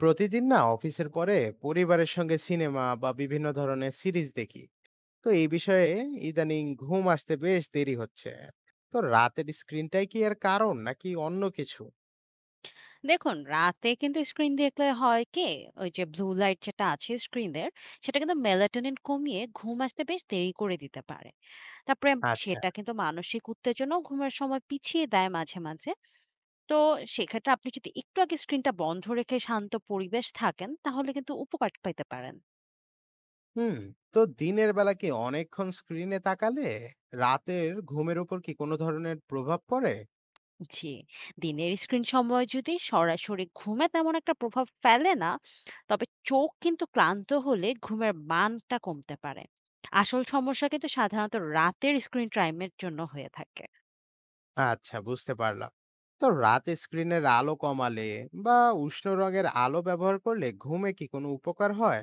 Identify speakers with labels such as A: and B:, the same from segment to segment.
A: প্রতিদিন না, অফিসের পরে পরিবারের সঙ্গে সিনেমা বা বিভিন্ন ধরনের সিরিজ দেখি। তো এই বিষয়ে ইদানিং ঘুম আসতে বেশ দেরি হচ্ছে। তো রাতের স্ক্রিনটাই কি এর কারণ নাকি অন্য কিছু?
B: দেখুন, রাতে কিন্তু স্ক্রিন দেখলে হয় কি, ওই যে ব্লু লাইট যেটা আছে স্ক্রিনের, সেটা কিন্তু মেলাটোনিন কমিয়ে ঘুম আসতে বেশ দেরি করে দিতে পারে। তারপরে
A: আচ্ছা।
B: সেটা কিন্তু মানসিক উত্তেজনাও ঘুমের সময় পিছিয়ে দেয় মাঝে, মাঝে। তো সেক্ষেত্রে আপনি যদি একটু আগে স্ক্রিনটা বন্ধ রেখে শান্ত পরিবেশ থাকেন, তাহলে কিন্তু উপকার পেতে পারেন।
A: হুম। তো দিনের বেলা কি অনেকক্ষণ স্ক্রিনে তাকালে রাতের ঘুমের উপর কি কোনো ধরনের প্রভাব পড়ে?
B: জি, দিনের স্ক্রিন সময় যদি সরাসরি ঘুমে তেমন একটা প্রভাব ফেলে না, তবে চোখ কিন্তু ক্লান্ত হলে ঘুমের মানটা কমতে পারে। আসল সমস্যা কিন্তু সাধারণত রাতের স্ক্রিন টাইমের জন্য হয়ে থাকে।
A: আচ্ছা, বুঝতে পারলাম। তো রাতে স্ক্রিনের আলো কমালে বা উষ্ণ রঙের আলো ব্যবহার করলে ঘুমে কি কোনো উপকার হয়?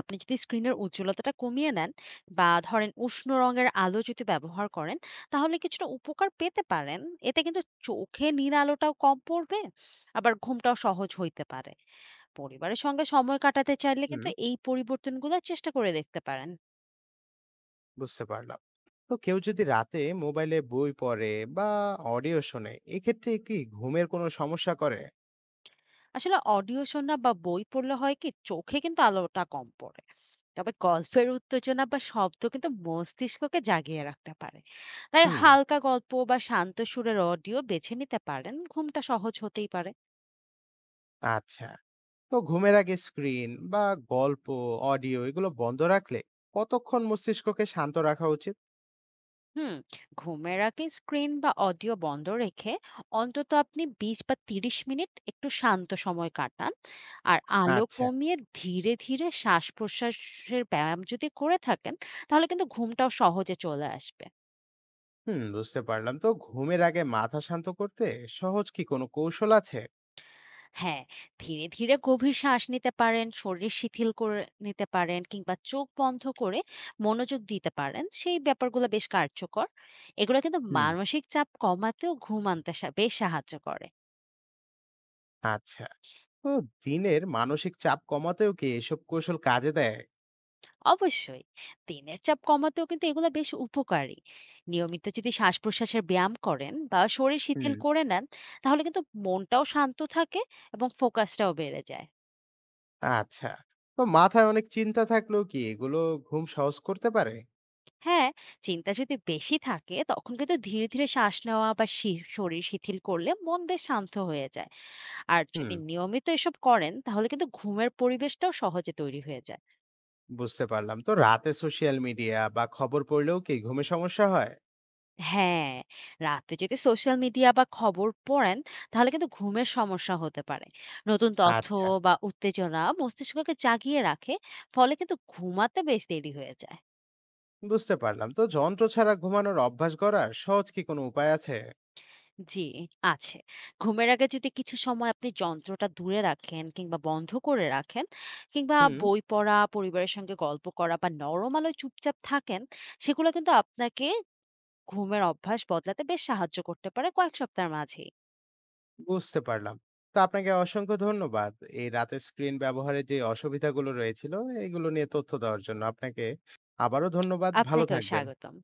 B: আপনি যদি স্ক্রিনের উজ্জ্বলতাটা কমিয়ে নেন বা ধরেন উষ্ণ রঙের আলো যদি ব্যবহার করেন, তাহলে কিছুটা উপকার পেতে পারেন। এতে কিন্তু চোখে নীল আলোটাও কম পড়বে, আবার ঘুমটাও সহজ হইতে পারে। পরিবারের সঙ্গে সময় কাটাতে চাইলে
A: হুম,
B: কিন্তু এই পরিবর্তনগুলো চেষ্টা করে দেখতে পারেন।
A: বুঝতে পারলাম। তো কেউ যদি রাতে মোবাইলে বই পড়ে বা অডিও শোনে, এক্ষেত্রে কি ঘুমের কোনো সমস্যা করে?
B: আসলে অডিও শোনা বা বই পড়লে হয় কি চোখে কিন্তু আলোটা কম পড়ে, তবে গল্পের উত্তেজনা বা শব্দ কিন্তু মস্তিষ্ককে জাগিয়ে রাখতে পারে। তাই
A: হুম।
B: হালকা গল্প বা শান্ত সুরের অডিও বেছে নিতে পারেন, ঘুমটা সহজ হতেই পারে।
A: আচ্ছা। তো ঘুমের আগে স্ক্রিন বা গল্প, অডিও এগুলো বন্ধ রাখলে কতক্ষণ মস্তিষ্ককে শান্ত রাখা উচিত?
B: হুম। ঘুমের আগে স্ক্রিন বা অডিও বন্ধ রেখে অন্তত আপনি 20 বা 30 মিনিট একটু শান্ত সময় কাটান। আর আলো
A: আচ্ছা।
B: কমিয়ে ধীরে ধীরে শ্বাস প্রশ্বাসের ব্যায়াম যদি করে থাকেন, তাহলে কিন্তু ঘুমটাও সহজে চলে আসবে।
A: হুম, বুঝতে পারলাম। তো ঘুমের আগে মাথা শান্ত করতে সহজ কি কোনো কৌশল আছে?
B: হ্যাঁ, ধীরে গভীর শ্বাস নিতে পারেন, শরীর শিথিল করে নিতে পারেন, কিংবা চোখ বন্ধ করে মনোযোগ দিতে পারেন। সেই ব্যাপারগুলো বেশ কার্যকর। এগুলো কিন্তু
A: হুম।
B: মানসিক চাপ কমাতেও ঘুম আনতে বেশ সাহায্য করে।
A: আচ্ছা। তো দিনের মানসিক চাপ কমাতেও কি এসব কৌশল কাজে দেয়?
B: অবশ্যই দিনের চাপ কমাতেও কিন্তু এগুলো বেশ উপকারী। নিয়মিত যদি শ্বাস-প্রশ্বাসের ব্যায়াম করেন বা শরীর শিথিল
A: হুম।
B: করে নেন, তাহলে কিন্তু মনটাও শান্ত থাকে এবং ফোকাসটাও বেড়ে যায়।
A: আচ্ছা। তো মাথায় অনেক চিন্তা থাকলেও কি এগুলো ঘুম সহজ করতে পারে?
B: হ্যাঁ, চিন্তা যদি বেশি থাকে তখন কিন্তু ধীরে ধীরে শ্বাস নেওয়া বা শরীর শিথিল করলে মন বেশ শান্ত হয়ে যায়। আর
A: হুম,
B: যদি নিয়মিত এসব করেন, তাহলে কিন্তু ঘুমের পরিবেশটাও সহজে তৈরি হয়ে যায়।
A: বুঝতে পারলাম। তো রাতে সোশ্যাল মিডিয়া বা খবর পড়লেও কি ঘুমে সমস্যা হয়?
B: হ্যাঁ, রাতে যদি সোশ্যাল মিডিয়া বা খবর পড়েন, তাহলে কিন্তু ঘুমের সমস্যা হতে পারে। নতুন তথ্য
A: আচ্ছা,
B: বা উত্তেজনা মস্তিষ্ককে জাগিয়ে রাখে, ফলে কিন্তু ঘুমাতে বেশ দেরি হয়ে যায়।
A: বুঝতে পারলাম। তো যন্ত্র ছাড়া ঘুমানোর অভ্যাস গড়ার সহজ কি কোনো উপায় আছে?
B: জি, আছে। ঘুমের আগে যদি কিছু সময় আপনি যন্ত্রটা দূরে রাখেন কিংবা বন্ধ করে রাখেন, কিংবা
A: হুম,
B: বই পড়া, পরিবারের সঙ্গে গল্প করা বা নরম আলোয় চুপচাপ থাকেন, সেগুলো কিন্তু আপনাকে ঘুমের অভ্যাস বদলাতে বেশ সাহায্য করতে পারে কয়েক সপ্তাহের মাঝেই।
A: বুঝতে পারলাম। তো আপনাকে অসংখ্য ধন্যবাদ এই রাতে স্ক্রিন ব্যবহারের যে অসুবিধাগুলো রয়েছিল, এগুলো নিয়ে তথ্য দেওয়ার জন্য। আপনাকে আবারও ধন্যবাদ। ভালো
B: আপনাকেও
A: থাকবেন।
B: স্বাগতম।